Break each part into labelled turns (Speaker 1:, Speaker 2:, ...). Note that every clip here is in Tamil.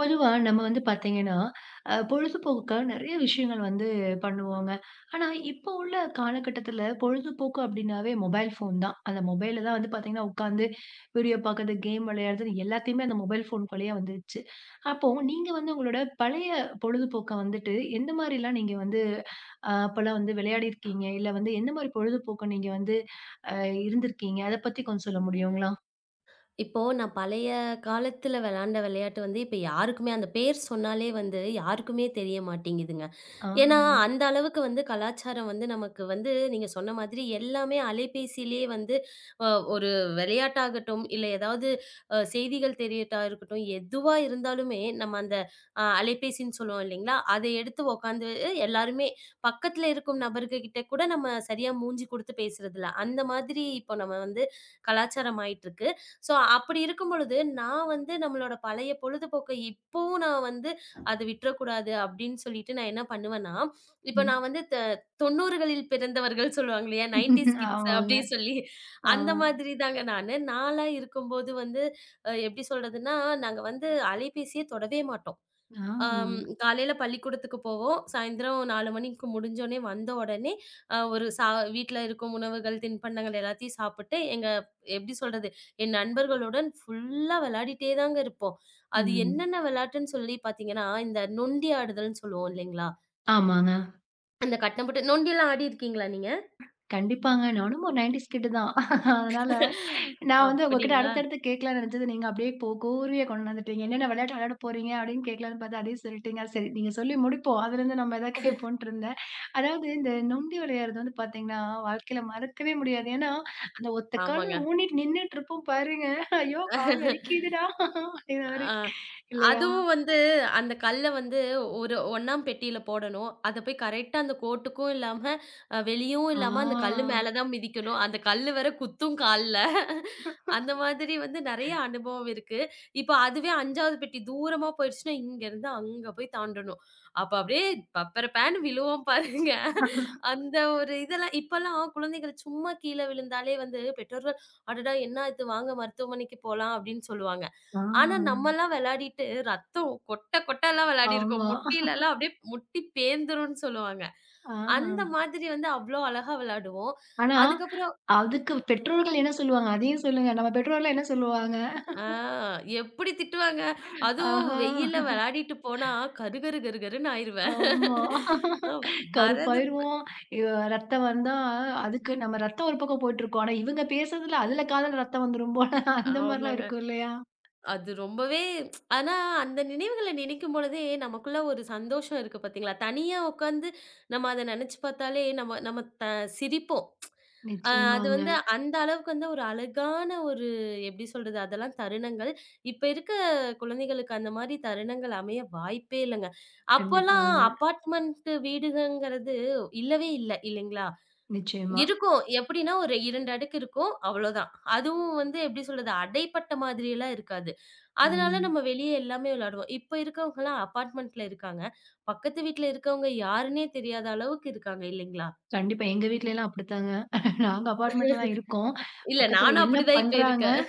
Speaker 1: பொதுவா நம்ம வந்து பார்த்தீங்கன்னா, பொழுதுபோக்குக்காக நெறைய விஷயங்கள் வந்து பண்ணுவோங்க. ஆனா, இப்போ உள்ள காலகட்டத்தில பொழுதுபோக்கு அப்டின்னாவே மொபைல் ஃபோன் தான். அந்த மொபைல்ல தான் வந்து பார்த்தீங்கன்னா, உட்காந்து வீடியோ பார்க்குறது, கேம் விளையாடுறது எல்லாத்தையுமே அந்த மொபைல் ஃபோனுக்குள்ளேயே வந்துருச்சு. அப்போ நீங்க வந்து உங்களோட பழைய பொழுதுபோக்க வந்துட்டு எந்த மாரிலாம் நீங்க வந்து அப்பலாம் வந்து விளையாடியிருக்கீங்க? இல்ல வந்து எந்த மாரி பொழுதுபோக்கு நீங்க வந்து அ இருந்திருக்கீங்க? அத பத்தி கொஞ்சம் சொல்ல முடியுங்களா?
Speaker 2: இப்போ நான் பழைய காலத்துல விளையாண்ட விளையாட்டு வந்து இப்ப யாருக்குமே அந்த பேர் சொன்னாலே வந்து யாருக்குமே தெரிய மாட்டேங்குதுங்க.
Speaker 1: ஆ.
Speaker 2: ஏன்னா, அந்த அளவுக்கு வந்து கலாச்சாரம் வந்து நமக்கு வந்து நீங்க சொன்ன மாதிரி எல்லாமே அலைபேசியிலேயே வந்து அ ஒரு விளையாட்டாகட்டும், இல்ல ஏதாவது செய்திகள் தெரியட்டா இருக்கட்டும், எதுவா இருந்தாலுமே நம்ம அந்த அலைபேசின்னு சொல்லுவோம் இல்லைங்களா? அதை எடுத்து உட்காந்து எல்லாருமே பக்கத்துல இருக்கும் நபர்கள் கிட்ட கூட நம்ம சரியா மூஞ்சி குடுத்து பேசுறதில்ல. அந்த மாதிரி இப்போ நம்ம வந்து கலாச்சாரம் ஆயிட்டிருக்கு. ஸோ அப்படி இருக்கும் பொழுது, நான் வந்து நம்மளோட பழைய பொழுதுபோக்க இப்பவும் நான் வந்து அது விட்டுறக்கூடாது அப்படின்னு சொல்லிட்டு நான் என்ன பண்ணுவேன்னா, இப்ப
Speaker 1: ம்.
Speaker 2: நான் வந்து 90களில் பிறந்தவர்கள் சொல்லுவாங்க இல்லையா? 90ஸ் கிட்ஸ்
Speaker 1: ஆமாங்க.
Speaker 2: அப்படி சொல்லி
Speaker 1: ஆ.
Speaker 2: அந்த மாதிரி தாங்க நான்லாம் இருக்கும்போது வந்து எப்படி சொல்றதுன்னா, நாங்க வந்து அலைபேசியே தொடவே மாட்டோம்.
Speaker 1: ஆ.
Speaker 2: ஆம், காலையில பள்ளிக்கூடத்துக்கு போவோம். சாயந்தரம் 4 மணிக்கு முடிஞ்சோனே வந்த உடனே, அ ஒரு சா வீட்ல இருக்கும் உணவுகள், தின்பண்டங்கள் எல்லாத்தையும் சாப்பிட்டு, எங்க எப்படி சொல்றது? என் நண்பர்களுடன் ஃபுல்லா விளையாடிட்டே தாங்க இருப்போம். அது
Speaker 1: ம்.
Speaker 2: என்னென்ன விளையாட்டுன்னு சொல்லி பார்த்தீங்கன்னா, இந்த நொண்டி ஆடுதல்ன்னு சொல்லுவோம் இல்லைங்களா?
Speaker 1: ஆமாங்க.
Speaker 2: அந்த கட்டம் போட்டு நொண்டிலாம் ஆடியிருக்கீங்களா நீங்க?
Speaker 1: கண்டிப்பாங்க. நானும் ஒரு 90ஸ் கிட்டு தான். அதனால நான் வந்து உங்ககிட்ட
Speaker 2: அப்படிங்களா?
Speaker 1: அடுத்தடுத்து கேட்கலாம்னு நெனச்சது, நீங்க அப்படியே கோர்வையா கொண்டு வந்துட்டீங்க. என்னென்ன விளையாட்டு விளையாட போறீங்க அப்படின்னு கேட்கலான்னு பார்த்தா, அதையும் சொல்லிட்டீங்க. சரி நீங்க சொல்லி முடிப்போம். அதுலேருந்து நம்ம எதாவது கேட்போன்ட்டு இருந்தேன். அதாவது இந்த நொண்டி விளையாடுறது வந்து பார்த்தீங்கன்னா, வாழ்க்கையில மறக்கவே முடியாது. ஏன்னா, அந்த ஒத்த கால்ல
Speaker 2: ஆமாங்க.
Speaker 1: ஊனிட்டு நின்னுட்டு இருப்போம் பாருங்க. ஐயோ! கால் வலிக்குதுடா அப்படிங்கிற மாரி
Speaker 2: ஆ.
Speaker 1: இல்லையா?
Speaker 2: அதுவும் வந்து அந்த கல்ல வந்து ஒரு 1ஆம் பெட்டியில போடணும். அத போய் கரெக்ட்டா அந்த கோட்டுக்கும் இல்லாம, வெளியும் இல்லாம அந்த கல்லு
Speaker 1: ஆ.
Speaker 2: மேல தான் மிதிக்கணும். அந்த கல்லு வேற குத்தும் கால்ல. அந்த மாதிரி வந்து நெறைய அனுபவம் இருக்கு. இப்ப அதுவே 5வது பெட்டி தூரமா போயிடுச்சுன்னா, இங்கருந்து அங்க போய் தாண்டணும். அப்ப அப்படியே பப்பரப்பேன்னு விழுவோம் பாருங்க. அந்த ஒரு இதெல்லாம் இப்பல்லாம் குழந்தைகள் சும்மா கீழ விழுந்தாலே வந்து பெற்றோர்கள், "அடடா! என்ன இது வாங்க மருத்துவமனைக்கு போலாம்" அப்படின்னு சொல்லுவாங்க.
Speaker 1: ஆ.
Speaker 2: ஆனா நம்மலாம் விளையாடிட்டு ரத்தம் கொட்ட கொட்டலாம் விளையாடியிருக்கோம்.
Speaker 1: ஆமா.
Speaker 2: முட்டிலலாம் அப்படியே முட்டி பேந்துரும்ன்னு சொல்லுவாங்க.
Speaker 1: ஆ.
Speaker 2: அந்த மாதிரி வந்து அவ்ளோ அழகா விளையாடுவோம்.
Speaker 1: ஆனா
Speaker 2: அதுக்கப்புறம்
Speaker 1: அதுக்கு பெற்றோர்கள் என்ன சொல்லுவாங்க? அதையும் சொல்லுங்க. நம்ம பெற்றோர்லாம் என்ன சொல்லுவாங்க?
Speaker 2: ஆ எப்படி திட்டுவாங்க. அதுவும்
Speaker 1: ஆஹா!
Speaker 2: வெயில்ல விளையாடிட்டு போனா கரு கரு கரு கருன்னு ஆயிருவேன்.
Speaker 1: ஆமா.
Speaker 2: அ வரது
Speaker 1: கருப்பாயிருவோம். இ ரத்தம் வந்தா அதுக்கு நம்ம ரத்தம் ஒரு பக்கம் போயிட்டுருக்கும். ஆனா இவங்க பேசுறதுல அதுல காதுல ரத்தம் வந்துரும் போல. அந்த மாரிலாம்
Speaker 2: ஆமாங்க.
Speaker 1: இருக்கும் இல்லையா?
Speaker 2: அது ரொம்பவே ஆனா அந்த நினைவுகள நினைக்கும் பொழுதே, நமக்குள்ள ஒரு சந்தோஷம் இருக்கு பாத்தீங்களா? தனியா உட்கார்ந்து நம்ம அத நெனச்சு பாத்தாலே, நம்ம நம்ம த சிரிப்போம். அ அது
Speaker 1: நிச்சயமாங்க.
Speaker 2: வந்து அந்த அளவுக்கு வந்து ஒரு அழகான ஒரு எப்படி சொல்றது? அதெல்லாம் தருணங்கள். இப்ப இருக்க குழந்தைகளுக்கு அந்த மாரி தருணங்கள் அமைய வாய்ப்பே இல்லங்க. அப்போலாம்
Speaker 1: கண்டிப்பாங்க.
Speaker 2: அப்பார்ட்மெண்ட் வீடுகங்கிறது இல்லவே இல்ல, இல்லைங்களா?
Speaker 1: நிச்சயமா.
Speaker 2: இருக்கும். எப்படின்னா, ஒரு 2 அடுக்கு இருக்கும். அவ்வளோதான். அதுவும் வந்து எப்படி சொல்றது? அடைப்பட்ட மாதிரியெல்லாம் இருக்காது. அதனால
Speaker 1: ம்.
Speaker 2: நம்ம வெளியே எல்லாமே விளையாடுவோம். இப்ப இருக்கவங்கலாம் அபார்ட்மெண்ட்ல இருக்காங்க. பக்கத்து வீட்ல இருக்கவங்க யாருன்னே தெரியாத அளவுக்கு இருக்காங்க இல்லைங்களா?
Speaker 1: கண்டிப்பா. எங்க வீட்லலாம் அப்படித்தாங்க. நாங்க அபார்ட்மெண்ட்ல தான் இருக்கோம்.
Speaker 2: இல்ல
Speaker 1: பக்கத்துல
Speaker 2: நானும்
Speaker 1: என்ன
Speaker 2: அப்படிதான் இப்ப
Speaker 1: பண்றாங்க
Speaker 2: இருக்கேன்.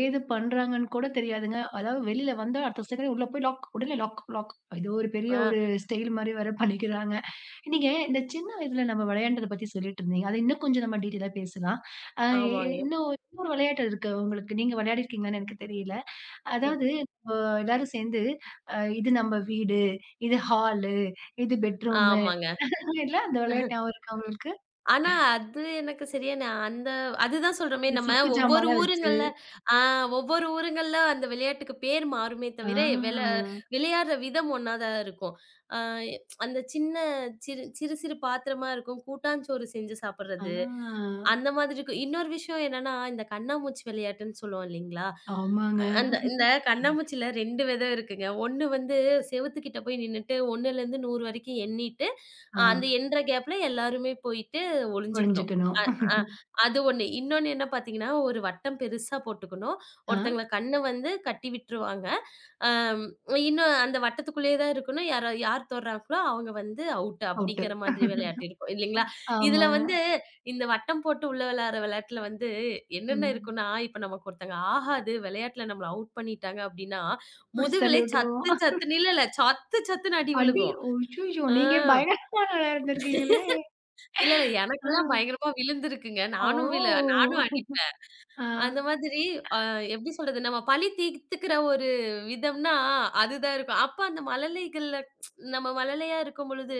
Speaker 1: ஏது பண்றாங்கன்னு கூட தெரியாதுங்க. அதாவது வெளியில வந்தா அடுத்த செகண்ட் உள்ள போய் லாக், உடனே லாக், லாக். இது ஒரு பெரிய
Speaker 2: ஆ
Speaker 1: ஒரு ஸ்டைல் மாரி வேற பண்ணிக்கிறாங்க. நீங்க இந்த சின்ன வயதுல நம்ம விளையாண்டத பத்தி சொல்லிட்டு இருந்தீங்க. அத இன்னும் கொஞ்சம் நம்ம டீட்டெயிலா பேசலாம். அ இ
Speaker 2: ஆமாங்க,
Speaker 1: இன்னும் இன்னொரு விளையாட்டு இருக்கு உங்களுக்கு. நீங்க விளையாடிருக்கீங்களான்னு எனக்கு தெரியல. அதாவது எல்லாரும் சேர்ந்து இது நம்ம வீடு, இது ஹாலு, இது பெட்ரூமு
Speaker 2: ஆமாங்க.
Speaker 1: இல்ல அந்த விளையாட்டு ஞாபகம் இருக்கா உங்களுக்கு?
Speaker 2: ஆனா, அது எனக்கு சரியா அந்த அதுதான் சொல்றோமே
Speaker 1: இந்த
Speaker 2: நம்ம
Speaker 1: சொப்பு
Speaker 2: ஒவ்வொரு
Speaker 1: ஜாமான்லாம் வச்சு.
Speaker 2: ஊருங்கள்ல ஆ ஒவ்வொரு ஊருங்கள்ல அந்த விளையாட்டுக்கு பேர் மாறுமே
Speaker 1: ஆ,
Speaker 2: தவிர, வெள விளையாடுற விதம் ஒண்ணா தான் இருக்கும். ஆ அந்த சின்ன சிறு சிறு சிறு பாத்திரமா இருக்கும். கூட்டாஞ்சோறு செஞ்சு சாப்பிடுறது,
Speaker 1: ஆ.
Speaker 2: அந்த மாதிரி இருக்கும். இன்னொரு விஷயம் என்னன்னா, இந்த கண்ணாமூச்சி விளையாட்டுன்னு சொல்லுவோம் இல்லைங்களா?
Speaker 1: ஆமாங்க.
Speaker 2: அந்த இந்த கண்ணாமூச்சில 2 விதம் இருக்குங்க. ஒண்ணு வந்து செவுத்துக்கிட்ட போய் நின்னுட்டு 1லருந்து 100 வரைக்கும் எண்ணிட்டு,
Speaker 1: ஆ
Speaker 2: அந்த எண்ற கேப்ல எல்லாருமே போய் ஒளிஞ்சுக்கணும்.
Speaker 1: ஒழிஞ்சுக்கணும்.
Speaker 2: அ அது ஒண்ணு. இன்னொன்னு என்ன பார்த்தீங்கன்னா, ஒரு வட்டம் பெருசா போட்டுக்கணும்.
Speaker 1: ஆ,
Speaker 2: ஒருத்தங்கள கண்ண வந்து கட்டி விட்டுருவாங்க. அம் இன்னும் அந்த வட்டத்துக்குள்ளேயே தான் இருக்கணும். யாரோ யார் தொடுறாங்களோ அவங்க வந்து அவுட்
Speaker 1: அவுட்டு.
Speaker 2: அப்படிங்கிற மாதிரி விளையாட்டு இருக்கும் இல்லைங்களா? இதுல
Speaker 1: ஆமாங்க.
Speaker 2: வந்து இந்த வட்டம் போட்டு உள்ள விளையாடுற விளையாட்டுல வந்து என்னென்ன
Speaker 1: ம்.
Speaker 2: இருக்குன்னா, இப்ப நமக்கு ஒருத்தங்க ஆகாது விளையாட்டுல நம்மள அவுட் பண்ணிட்டாங்க அப்படின்னா,
Speaker 1: புடிச்சு தள்ளி
Speaker 2: முதுகுலே
Speaker 1: விட்டுருவோம்.
Speaker 2: சத்து சத்துன்னு இல்ல சத்து சத்துன்னு அடி
Speaker 1: அடி!
Speaker 2: விழுகும்.
Speaker 1: அய்யய்யோ!
Speaker 2: அ
Speaker 1: நீங்க பயங்கரமான ஆளா இருந்திருக்கீங்களே!
Speaker 2: இல்ல, இல்ல
Speaker 1: ஆ.
Speaker 2: எனக்கெல்லாம் பயங்கரமா விழுந்திருக்குங்க. நானும் விழு
Speaker 1: ஓ!
Speaker 2: நானும்
Speaker 1: ஆ.
Speaker 2: அந்த மாதிரி அ எப்படி சொல்றது? நம்ம பழி தீர்த்துக்கிற ஒரு விதம்னா, அதுதான் இருக்கும். அப்ப அந்த மழலைகள்ல நம்ம மழலையா இருக்கும்பொழுது,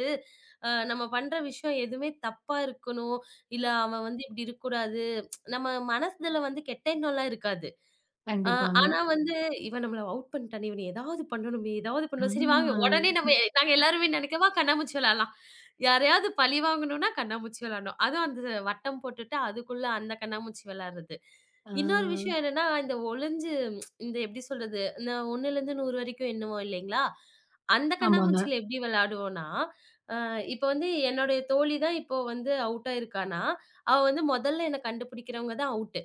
Speaker 2: நம்ம பண்ற விஷயம் எதுவுமே தப்பா இருக்கணும். இல்ல அவன் வந்து இப்படி இருக்கக்கூடாது. நம்ம மனசுல வந்து கெட்ட எண்ணம்லாம் இருக்காது. ஆ,
Speaker 1: கண்டிப்பாங்க.
Speaker 2: ஆனா வந்து இவன் நம்மள அவுட் பண்ணிட்டானே! இவன ஏதாவது பண்ணணுமே! ஏதாவது பண்ணணும். சரி வாங்க
Speaker 1: ஆ,
Speaker 2: உடனே நம்ம நாங்க எல்லாருமே நினைக்கவா கண்ணாமூச்சி விளையாடலாம். யாரையாவது பழி வாங்கணும்னா கண்ணாமூச்சி விளையாடணும். அதுவும் அந்த வட்டம் போட்டுட்டு அதுக்குள்ள அந்த கண்ணாமூச்சி விளையாடுறது.
Speaker 1: ஆ.
Speaker 2: இன்னொரு விஷயம் என்னன்னா, இந்த ஒளிஞ்சு இந்த எப்படி சொல்றது? இந்த 1லேருந்து 100 வரைக்கும் எண்ணுவோம் இல்லைங்களா? அந்த
Speaker 1: ஆமாங்க.
Speaker 2: கண்ணாமூச்சியில எப்படி விளையாடுவோம்னா, அ இப்ப வந்து என்னுடைய தோழி தான் இப்போ வந்து அவுட் ஆயிருக்கான்னா, அவ வந்து முதல்ல என்ன கண்டுபிடிக்கிறவங்க தான் அவுட்.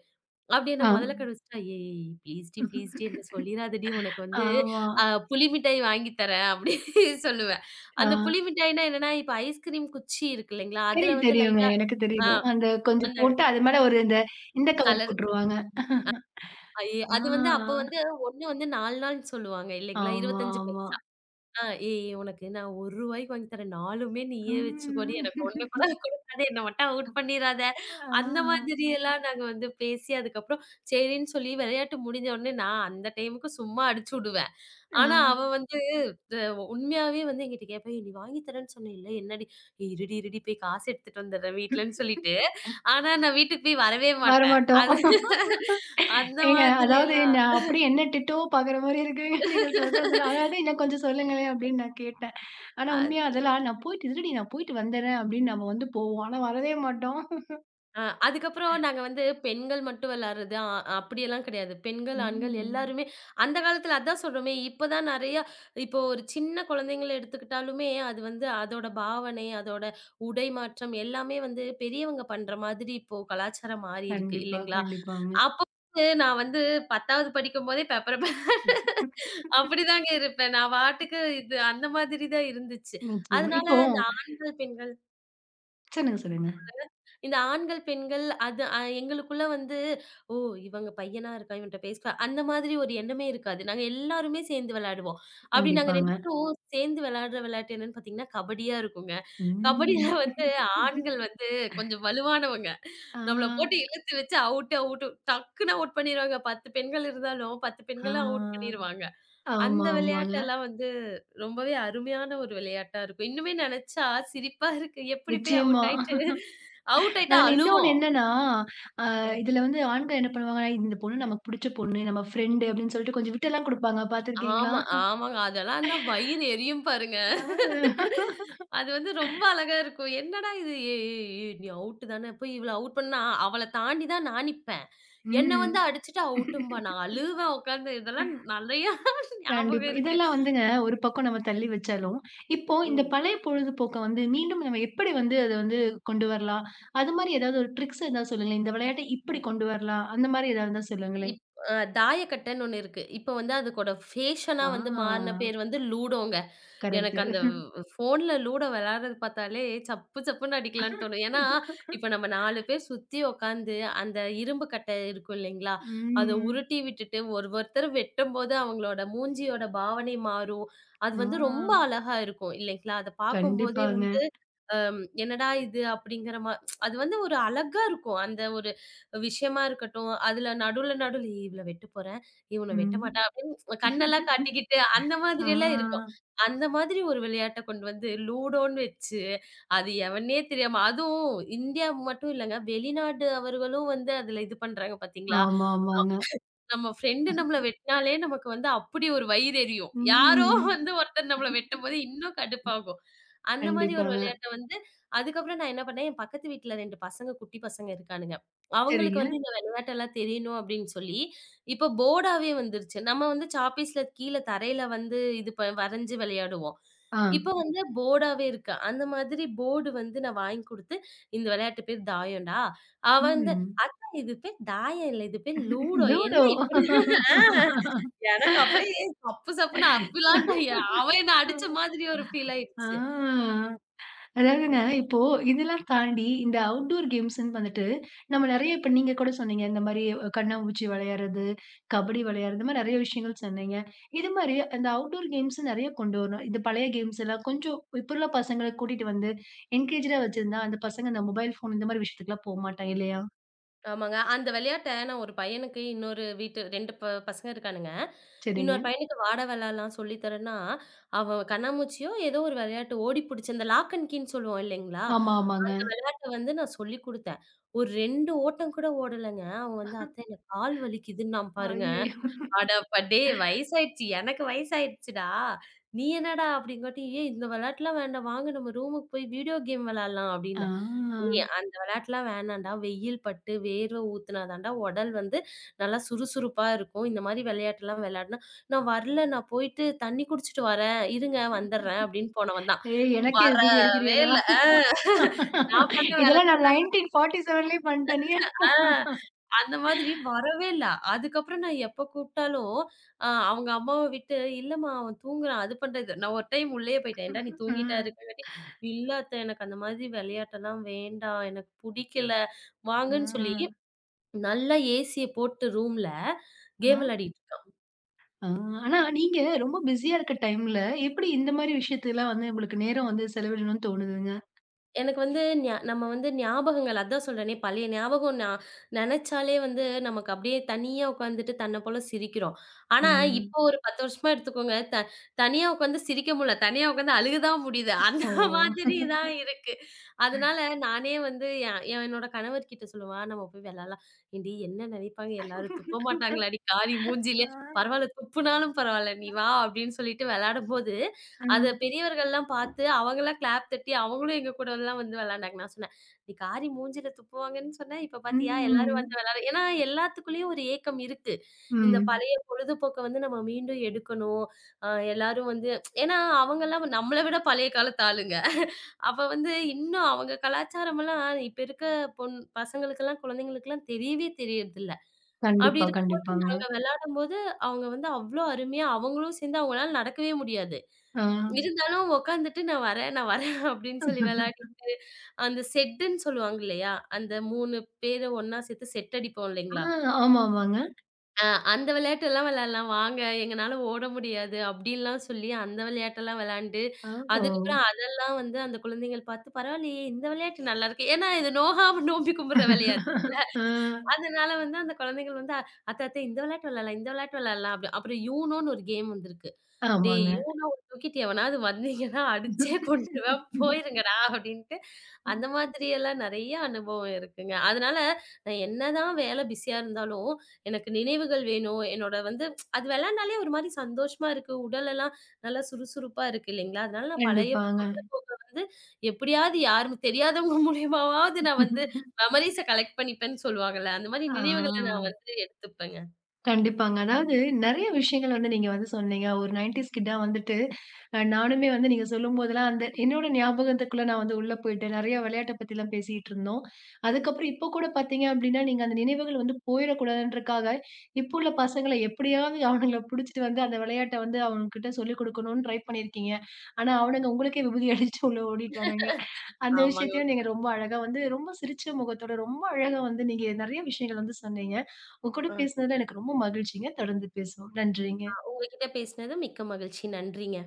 Speaker 2: அப்படி என்ன
Speaker 1: ஆ.
Speaker 2: முதல்ல கண்டுபிடிச்சுட்டா, "ஏய் ப்ளீஸ் டி, ப்ளீஸ் டி என்ன சொல்லிறாதடி உனக்கு வந்து
Speaker 1: ஆமா.
Speaker 2: அ புளி மிட்டாய் வாங்கி தரேன்" அப்படின்னு சொல்லுவேன்.
Speaker 1: ஆ.
Speaker 2: அந்த புளி மிட்டாய்னா என்னன்னா, இப்ப ஐஸ்கிரீம் குச்சி இருக்கு இல்லைங்களா, அதுல
Speaker 1: தெரியும்,
Speaker 2: வந்து
Speaker 1: தெரியுங்க.
Speaker 2: லைட்டா
Speaker 1: எனக்கு
Speaker 2: ஆ
Speaker 1: தெரியும். அந்த கொஞ்சம்
Speaker 2: அந்த
Speaker 1: போட்டு அது மேல ஒரு இந்த இந்த கவர்
Speaker 2: கலர்
Speaker 1: போட்டுருவாங்க.
Speaker 2: அது வந்து அப்ப
Speaker 1: ஆ.
Speaker 2: வந்து 1 வந்து 4 நாள்னு சொல்லுவாங்க இல்லைங்களா,
Speaker 1: ஆமா,
Speaker 2: 25
Speaker 1: ஆமா.
Speaker 2: பைசா. ஆ "ஏய் உனக்கு நான் ரூ. 1 வாங்கி தரேன். 4மே நீயே வச்சுக்கோடி.
Speaker 1: ம்.
Speaker 2: எனக்கு 1 கூட குடுக்காத. என்ன மட்டும் அவுட் பண்ணிறாத." அந்த
Speaker 1: ஆ,
Speaker 2: மாதிரியெல்லாம் நாங்க வந்து பேசி, அதுக்கப்புறம் சரின்னு சொல்லி விளையாட்டு முடிஞ்ச உடனே நான் அந்த டைமுக்கு சும்மா அடிச்சு விடுவேன்.
Speaker 1: ஆ.
Speaker 2: ஆனா அவ வந்து அ உண்மையாவே வந்து என்கிட்ட கேட்பா, "ஏய் நீ வாங்கி தரேன்னு சொன்னேல்ல, என்னடி?" "ஏய் இருடி, இருடி போய் காசு எடுத்துட்டு வந்துடுறேன் வீட்லன்னு" சொல்லிட்டு, ஆனா நான் வீட்டுக்கு போய் வரவே மாட்டேன்.
Speaker 1: வரமாட்டோம்.
Speaker 2: அது அந்த
Speaker 1: ஏங்க, அதாவது
Speaker 2: மாதிரியெல்லாம்
Speaker 1: நான் அப்படியே என்ன டிட்டோ பாக்குற மாரி இருக்குங்க நீங்க சொல்றதெல்லாம். அதாவது இன்னும் கொஞ்சம் சொல்லுங்களேன் அப்படின்னு நான் கேட்டேன். ஆனா
Speaker 2: அ
Speaker 1: உண்மையா அதெல்லாம் நான் போயிட்டு "இருடி நான் போயிட்டு வந்துடுறேன்" அப்படின்னு நம்ம வந்து போவோம். ஆனா வரவே மாட்டோம்.
Speaker 2: அ அதுக்கப்புறம் நாங்க வந்து பெண்கள் மட்டும் விளையாடுறது, அப்படியெல்லாம் கிடையாது. பெண்கள், ஆண்கள்
Speaker 1: ம்.
Speaker 2: எல்லாருமே அந்த காலத்துல அதான் சொல்றோமே, இப்ப தான் நெறைய இப்போ ஒரு சின்ன குழந்தைங்கள எடுத்துக்கிட்டாலுமே, அது வந்து அதோட பாவனை, அதோட உடை மாற்றம் எல்லாமே வந்து பெரியவங்க பண்ற மாதிரி இப்போ கலாச்சாரம் மாறி இருக்கு
Speaker 1: கண்டிப்பா,
Speaker 2: இல்லைங்களா?
Speaker 1: கண்டிப்பாங்க.
Speaker 2: அப்ப வந்து நான் வந்து 10வது படிக்கும்போதே பெப்பர் பே அப்படிதாங்க இருப்பேன். நான் பாட்டுக்கு இது அந்த மாதிரி தான் இருந்துச்சு.
Speaker 1: நிச்சயமா.
Speaker 2: அதனால
Speaker 1: இப்போ
Speaker 2: இந்த ஆண்கள், பெண்கள்
Speaker 1: சொல்லுங்க, சொல்லுங்க.
Speaker 2: இந்த ஆண்கள், பெண்கள் அது எங்களுக்குள்ள வந்து, "ஓ! இவங்க பையனா இருக்கான். இவன்ட்ட பேசக்கூடா" அந்த மாதிரி ஒரு எண்ணமே இருக்காது. நாங்க எல்லாருமே சேர்ந்து விளையாடுவோம். அப்படி நாங்க 2
Speaker 1: கண்டிப்பாங்க.
Speaker 2: பேரும் சேர்ந்து விளையாடுற விளையாட்டு என்னன்னு பார்த்தீங்கன்னா, கபடியா இருக்குங்க. கபடியில
Speaker 1: ம்.
Speaker 2: வந்து ஆண்கள் வந்து கொஞ்சம் வலுவானவங்க.
Speaker 1: ஆ,
Speaker 2: நம்மள போட்டு இழுத்து வச்சு அவுட்டு, அவுட்டு டக்குன்னு அவுட் பண்ணிருவாங்க. 10 பெண்கள் இருந்தாலும் 10 பெண்களும் அவுட்
Speaker 1: ஆ.
Speaker 2: பண்ணிருவாங்க.
Speaker 1: ஆமா,
Speaker 2: அந்த
Speaker 1: ஆமாங்க.
Speaker 2: விளையாட்டெல்லாம் வந்து ரொம்பவே அருமையான ஒரு விளையாட்டா இருக்கும். இன்னுமே நெனச்சா சிரிப்பா இருக்கு. எப்படி போய் அவுட்
Speaker 1: நிச்சயமா.
Speaker 2: ஆயிட்டு அவுட் ஆயிட்டா
Speaker 1: அதுல இன்னொன்னு
Speaker 2: அழுவோம்.
Speaker 1: என்னன்னா, அ
Speaker 2: அ.
Speaker 1: இதுல வந்து ஆண்கள் என்ன பண்ணுவாங்கன்னா, "இந்த பொண்ணு நமக்கு புடிச்ச பொண்ணு, நம்ம ஃப்ரெண்டு" அப்படின்னு சொல்லிட்டு கொஞ்சம் விட்டெல்லாம் குடுப்பாங்க. பாத்துருக்கீங்களா?
Speaker 2: ஆமா, ஆமாங்க. அதெல்லாம் இருந்தா வயிறு எரியும் பாருங்க.
Speaker 1: ஆ.
Speaker 2: அது வந்து ரொம்ப அழகா இருக்கும். என்னடா இது ஏய் ஏய் ஏய் நீ அவுட் தானே போய் இவள அவுட் பண்ணா அவள தாண்டி தான் நான் நிப்பேன். என்ன வந்து
Speaker 1: ம்.
Speaker 2: அடிச்சுட்டு அவுட்டும்பா. நான் அழுவேன் உட்காந்து. இதெல்லாம் நெறையா
Speaker 1: கண்டிப்பா.
Speaker 2: ஞாபகம் இருக்கு.
Speaker 1: இதெல்லாம் வந்துங்க ஒரு பக்கம் நம்ம தள்ளி வச்சாலும், இப்போ இந்த
Speaker 2: ம்.
Speaker 1: பழைய பொழுதுபோக்க வந்து மீண்டும் நம்ம எப்படி வந்து அத வந்து கொண்டு வரலாம்? அது மாரி ஏதாவது ஒரு ட்ரிக்ஸ் ஏதாவது சொல்லுங்களேன். இந்த விளையாட்ட இப்படி கொண்டு வரலாம். அந்த மாரி ஏதாவது இருந்தா சொல்லுங்களேன்.
Speaker 2: இப் அ தாயக்கட்டன்னு ஒண்ணு இருக்கு. இப்ப வந்து அதுக்கோட ஃபேஷனா
Speaker 1: ஆ
Speaker 2: வந்து மாறுன பேர் வந்து லூடோங்க.
Speaker 1: கரெக்ட்டு.
Speaker 2: எனக்கு அந்த ஃபோன்ல லூடோ விளையாடுறது பார்த்தாலே சப்பு சப்புன்னு அடிக்கலான்னு தோணும். ஏன்னா, இப்ப நம்ம 4 பேர் சுத்தி உட்காந்து அந்த இரும்பு கட்டை இருக்கும் இல்லைங்களா? அத
Speaker 1: ம்.
Speaker 2: உருட்டி விட்டுட்டு ஒரு ஒருத்தர் வெட்டும்போது அவங்களோட மூஞ்சியோட பாவனை மாறும். அது வந்து ரொம்ப
Speaker 1: ஆ
Speaker 2: அழகா இருக்கும் இல்லைங்களா? அத பார்க்கும்போதே
Speaker 1: கண்டிப்பாங்க.
Speaker 2: வந்து என்னடா இது அப்படிங்கிற மா அது வந்து ஒரு அழகா இருக்கும். அந்த ஒரு விஷயமா இருக்கட்டும், அதுல நடுவுல நடுவுல "ஏய், இவள வெட்டப் போறேன், இவன வெட்ட மாட்டா
Speaker 1: ம்.
Speaker 2: அப்படின்னு கண்ணெல்லாம் காட்டிக்கிட்டு அந்த
Speaker 1: ஆ
Speaker 2: மாதிரி எல்லாம் இருக்கும். அந்த மாதிரி ஒரு விளையாட்ட கொண்டு வந்து லூடோன்னு வச்சு, அது எவன்னே தெரியாம அதுவும் இந்தியா மட்டும் இல்லங்க, வெளிநாடு அவர்களும் வந்து அதுல இது பண்றாங்க பாத்தீங்களா?
Speaker 1: ஆமா, ஆமாங்க.
Speaker 2: நம்ம ஃப்ரெண்டு நம்மள வெட்டினாலே நமக்கு வந்து அப்படி ஒரு வயிறு எரியும். யாரோ
Speaker 1: ம்.
Speaker 2: வந்து ஒருத்தர் நம்மள வெட்டும்போது இன்னும் கடுப்பாகும். அந்த மாதிரி ஒரு
Speaker 1: கண்டிப்பாங்க.
Speaker 2: விளையாட்ட வந்து அதுக்கப்புறம் நான் என்ன பண்ணேன், என் பக்கத்து வீட்ல 2 பசங்க குட்டி பசங்க இருக்கானுங்க. அவங்களுக்கு
Speaker 1: சரிங்க.
Speaker 2: வந்து இந்த விளையாட்டெல்லாம் தெரியணும் அப்படின்னு சொல்லி, இப்ப போர்டாவே வந்துருச்சு. நம்ம வந்து சாப்பீஸ்ல கீழ தரையில வந்து இது வரைஞ்சு விளையாடுவோம்.
Speaker 1: ஆ.
Speaker 2: இப்ப வந்து போர்டாவே இருக்கு. அந்த மாதிரி போர்டு வந்து நான் வாங்கி குடுத்து, "இந்த விளையாட்டு பேர் தாயம்டா. அவன்
Speaker 1: ம்.
Speaker 2: இது பேர் தாயம் இல்ல. இது பேர் லூடோ. என்ன
Speaker 1: லூடோ.
Speaker 2: இப்படி ஆ எனக்கு அப்படியே சப்பு சப்புன்னு அப்பலான்ட்டு அவன் என்ன அடிச்ச மாதிரி ஒரு ஃபீல்
Speaker 1: ஆ.
Speaker 2: ஆயிடுச்சு.
Speaker 1: அதாவதுங்க, இப்போ இதெல்லாம் தாண்டி இந்த அவுட்டோர் கேம்ஸ்ன்னு வந்துட்டு, நம்ம நெறைய இப்ப நீங்க கூட சொன்னீங்க, இந்த மாரி கண்ணாமூச்சி விளையாடுறது, கபடி விளையாடுறது, இந்த மாரி நெறைய விஷயங்கள் சொன்னீங்க. இது மாரி அந்த அவுட்டோர் கேம்ஸ் நெறைய கொண்டு வரணும். இந்த பழைய கேம்ஸ் எல்லாம் கொஞ்சம் இப்ப உள்ள பசங்கள கூட்டிட்டு வந்து என்கேஜ்டா வச்சிருந்தா, அந்த பசங்க இந்த மொபைல் ஃபோன் இந்த மாரி விஷயத்துக்குலாம் போமாட்டாங்க இல்லையா?
Speaker 2: ஆமாங்க. அந்த விளையாட்ட நான் ஒரு பையனுக்கு இன்னொரு வீட்டு 2 பசங்க இருக்கானுங்க.
Speaker 1: சரிங்க.
Speaker 2: இன்னொரு பையனுக்கு வாடா விளாடலாம் சொல்லி தரேன்னா, அவன் கண்ணாமூச்சியோ ஏதோ ஒரு விளையாட்டு ஓடி புடிச்சு அந்த லாக் அண்ட் கீன்னு சொல்லுவோம் இல்லைங்களா?
Speaker 1: ஆமா, ஆமாங்க.
Speaker 2: அந்த விளையாட்ட வந்து நான் சொல்லிக் குடுத்தேன். ஒரு 2 ஓட்டம் கூட ஓடலங்க. அவன் வந்து "அத்தை எனக்கு கால் வலிக்குதுன்னான் பாருங்க."
Speaker 1: ஐய்யயோ!
Speaker 2: அட அப்பா! டேய் வயசாயிடுச்சு. எனக்கு வயசாயிடுச்சுடா. நீ என்னடா அப்படிங்காட்டி, "ஏய் இந்த விளையாட்டுலாம் வேண்டாம். வாங்க நம்ம ரூமுக்கு போய் வீடியோ கேம் விளையாடலாம்"
Speaker 1: ஆ.
Speaker 2: அப்படின்னா. "ஏய் அந்த விளையாட்டுலாம் வேணாம்டா. வெயில் பட்டு வேர்வை ஊத்துனா தான்டா உடல் வந்து நல்லா சுறுசுறுப்பா இருக்கும். இந்த மாரி விளையாட்டுலாம் விளையாடினா" "நான் வரல. நான் போயிட்டு தண்ணி குடிச்சிட்டு வரேன். இருங்க வந்துடுறேன்" அப்படின்னு போனவன் தான்.
Speaker 1: ஏய் எனக்கே விபூதி
Speaker 2: வரவே
Speaker 1: அடிக்கிறியாடா?
Speaker 2: இல்ல. நான் பண்ண வேலை
Speaker 1: இதெல்லாம் நான் 1947லயே பண்ணிட்டேனே!
Speaker 2: ஆ. அந்த மாதிரி வரவே இல்ல. அதுக்கப்புறம் நான் எப்ப கூப்பிட்டாலும், அவங்க அம்மாவ விட்டு, "இல்லம்மா அவன் தூங்குறான்." அது பண்றது. நான் ஒரு டைம் உள்ளயே போயிட்டேன். "ஏன்டா நீ தூங்கிட்டா
Speaker 1: ம்,
Speaker 2: இருக்கங்காட்டி" "இல்ல அத்த எனக்கு அந்த மாதிரி விளையாட்டெல்லாம் வேண்டாம். எனக்கு புடிக்கல. வாங்கன்னு" சொல்லி,
Speaker 1: ம்,
Speaker 2: நல்லா ஏசிய போட்டு ரூம்ல
Speaker 1: ஆ.
Speaker 2: கேம் விளையாடிட்டு
Speaker 1: ஆ, ஆனா நீங்க ரொம்ப பிஸியா இருக்க டைம்ல, எப்படி இந்த மாரி விஷயத்துக்குலாம் வந்து உங்களுக்கு நேரம் வந்து செலவிடணும்னு தோணுதுங்க?
Speaker 2: எனக்கு வந்து நம்ம வந்து ஞாபகங்கள் அதான் சொல்றேனே, பழைய ஞாபகம் நெனச்சாலே வந்து நமக்கு அப்படியே தனியா உட்காந்துட்டு தன்ன போல சிரிக்கிறோம். ஆனா,
Speaker 1: ம்.
Speaker 2: இப்போ ஒரு 10 வருஷமா எடுத்துக்கோங்க, தனியா உட்காந்து சிரிக்க முடியல. தனியா உட்காந்து அழுக தான் முடியுது. அந்த
Speaker 1: ஓ!
Speaker 2: மாதிரி தான் இருக்கு. அதனால நானே வந்து என்னோட கணவர் கிட்ட சொல்லுவேன், நம்ம போய் விளையாடலாம். "ஏன்டி என்ன நெனைப்பாங்க எல்லாரும்? துப்ப மாட்டாங்களாடி காரி மூஞ்சியில? பரவால்ல துப்புனாலும் பரவால்ல, நீ வா" அப்படின்னு சொல்லிட்டு விளையாடும்போது
Speaker 1: ஆ.
Speaker 2: அத பெரியவர்கள்லாம் பார்த்து அவங்கலாம் கிளாப் தட்டி, அவங்களும் எங்க கூடலாம் வந்து விளையாண்டாங்க. நான் சொன்னேன், "நீ காரி மூஞ்சில துப்புவாங்கன்னு சொன்ன, இப்ப பார்த்தியா எல்லாரும்
Speaker 1: ம்.
Speaker 2: வந்து விளையாட" ஏன்னா எல்லாத்துக்குள்ளயும் ஒரு ஏக்கம் இருக்கு. இந்த
Speaker 1: ம்.
Speaker 2: பழைய பொழுதுபோக்க வந்து நம்ம மீண்டும் எடுக்கணும். அ எல்லாரும் வந்து ஏன்னா அவங்கலாம் நம்மள விட பழைய காலத்து ஆளுங்க. அப்ப வந்து இன்னும் அவங்க கலாச்சாரம்லாம் இப்ப இருக்க பசங்களுக்கெல்லாம், குழந்தைங்களுக்கெல்லாம் தெரியவே தெரியறதில்ல. அப்படி
Speaker 1: கண்டிப்பா,
Speaker 2: இருக்கும்போது
Speaker 1: கண்டிப்பாங்க.
Speaker 2: நாங்க விளையாடும்போது, அவங்க வந்து அவ்ளோ அருமையா அவங்களும் சேர்ந்து அவங்களால நடக்கவே முடியாது.
Speaker 1: ஆ.
Speaker 2: இருந்தாலும் உட்காந்துட்டு நான் வரேன், நான் வரேன் அப்படின்னு சொல்லி விளையாடிட்டு, அந்த செட்டுன்னு சொல்லுவாங்க இல்லையா? அந்த 3 பேர ஒண்ணா சேர்த்து செட் அடிப்போம்
Speaker 1: ஆ,
Speaker 2: இல்லைங்களா?
Speaker 1: ஆமா, ஆமாங்க.
Speaker 2: அ அந்த விளையாட்டெல்லாம் விளையாடலாம் வாங்க, எங்கனால ஓட முடியாது அப்படின்லாம் சொல்லி அந்த விளையாட்டெல்லாம் விளையாண்டு,
Speaker 1: அ, ஓ!
Speaker 2: அதுக்கப்புறம் அதெல்லாம் வந்து அந்த குழந்தைகள் பார்த்து பரவாயில்லையே இந்த விளையாட்டு நல்லாருக்கு. ஏன்னா இது நோகாம நோம்பி கும்பிடுற விளையாட்டு.
Speaker 1: ஆ,
Speaker 2: அதனால வந்து அந்த குழந்தைகள் வந்து அத்தை அத்தை இந்த விளையாட்டு விளையாடலாம், இந்த விளையாட்டு விளையாடலாம் அப்படி அப்புறம் யூனோன்னு ஒரு கேம் வந்திருக்கு. டேய்
Speaker 1: ஆமாங்க.
Speaker 2: இவன ஒரு தூக்கிட்டு எவனாவது வந்தீங்கன்னா, அடிச்சே கொன்றுவேன் போயிருங்கடா அப்படின்ட்டு, அந்த மாதிரியெல்லாம் நெறைய அனுபவம் இருக்குங்க. அதனால நான் என்னதான் வேல பிஸியா இருந்தாலும், எனக்கு நினைவுகள் வேணும். என்னோட வந்து அது வெளையாண்டாலே ஒரு மாரி சந்தோஷமா இருக்கு. உடலெல்லாம் நல்லா சுறுசுறுப்பா இருக்கு இல்லைங்களா? அதனால நான் பழைய
Speaker 1: கண்டிப்பாங்க.
Speaker 2: வந்து எப்படியாவது யாரும் தெரியாதவங்க மூலியமாவது நான் வந்து மெமரீஸ கலெக்ட் பண்ணிப்பேன்னு சொல்லுவாங்கல்ல, அந்த மாரி
Speaker 1: ஆ.
Speaker 2: நினைவுகள நான் வந்து எடுத்துப்பேங்க.
Speaker 1: கண்டிப்பாங்க. அதாவது நெறைய விஷயங்கள் வந்து நீங்க வந்து சொன்னீங்க. ஒரு 90ஸ் கிட்டா வந்துட்டு, நானுமே வந்து நீங்க சொல்லும்போதெல்லாம் அந்த என்னோட ஞாபகத்துக்குள்ள நான் வந்து உள்ள போயிட்டேன். நெறைய விளையாட்ட பத்திலாம் பேசிட்டு இருந்தோம். அதுக்கப்புறம் இப்போ கூட பார்த்தீங்க அப்டின்னா, நீங்க அந்த நினைவுகள் வந்து போயிடக்கூடாதுன்றக்காக, இப்போ உள்ள பசங்கள எப்படியாவது அவனுங்கள புடிச்சிட்டு வந்து அந்த விளையாட்ட வந்து அவனுங்ககிட்ட சொல்லிக் குடுக்கணும்னு ட்ரை பண்ணியிருக்கீங்க. ஆனா அவனுங்க உங்களுக்கே விபூதி அடிச்சுட்டு உள்ள ஓடிட்டானுங்க. அந்த
Speaker 2: ஆமாங்க.
Speaker 1: விஷயத்தையும் நீங்க ரொம்ப அழகா வந்து ரொம்ப சிரிச்ச முகத்தோட ரொம்ப அழகா வந்து நீங்க நெறைய விஷயங்கள் வந்து சொன்னீங்க. உங்க கூட
Speaker 2: ஆ.
Speaker 1: பேசினதுல எனக்கு ரொம்ப மகிழ்ச்சிங்க. தொடர்ந்து பேசுவோம். நன்றிங்க.
Speaker 2: உங்ககிட்ட பேசினது மிக்க மகிழ்ச்சி. நன்றிங்க.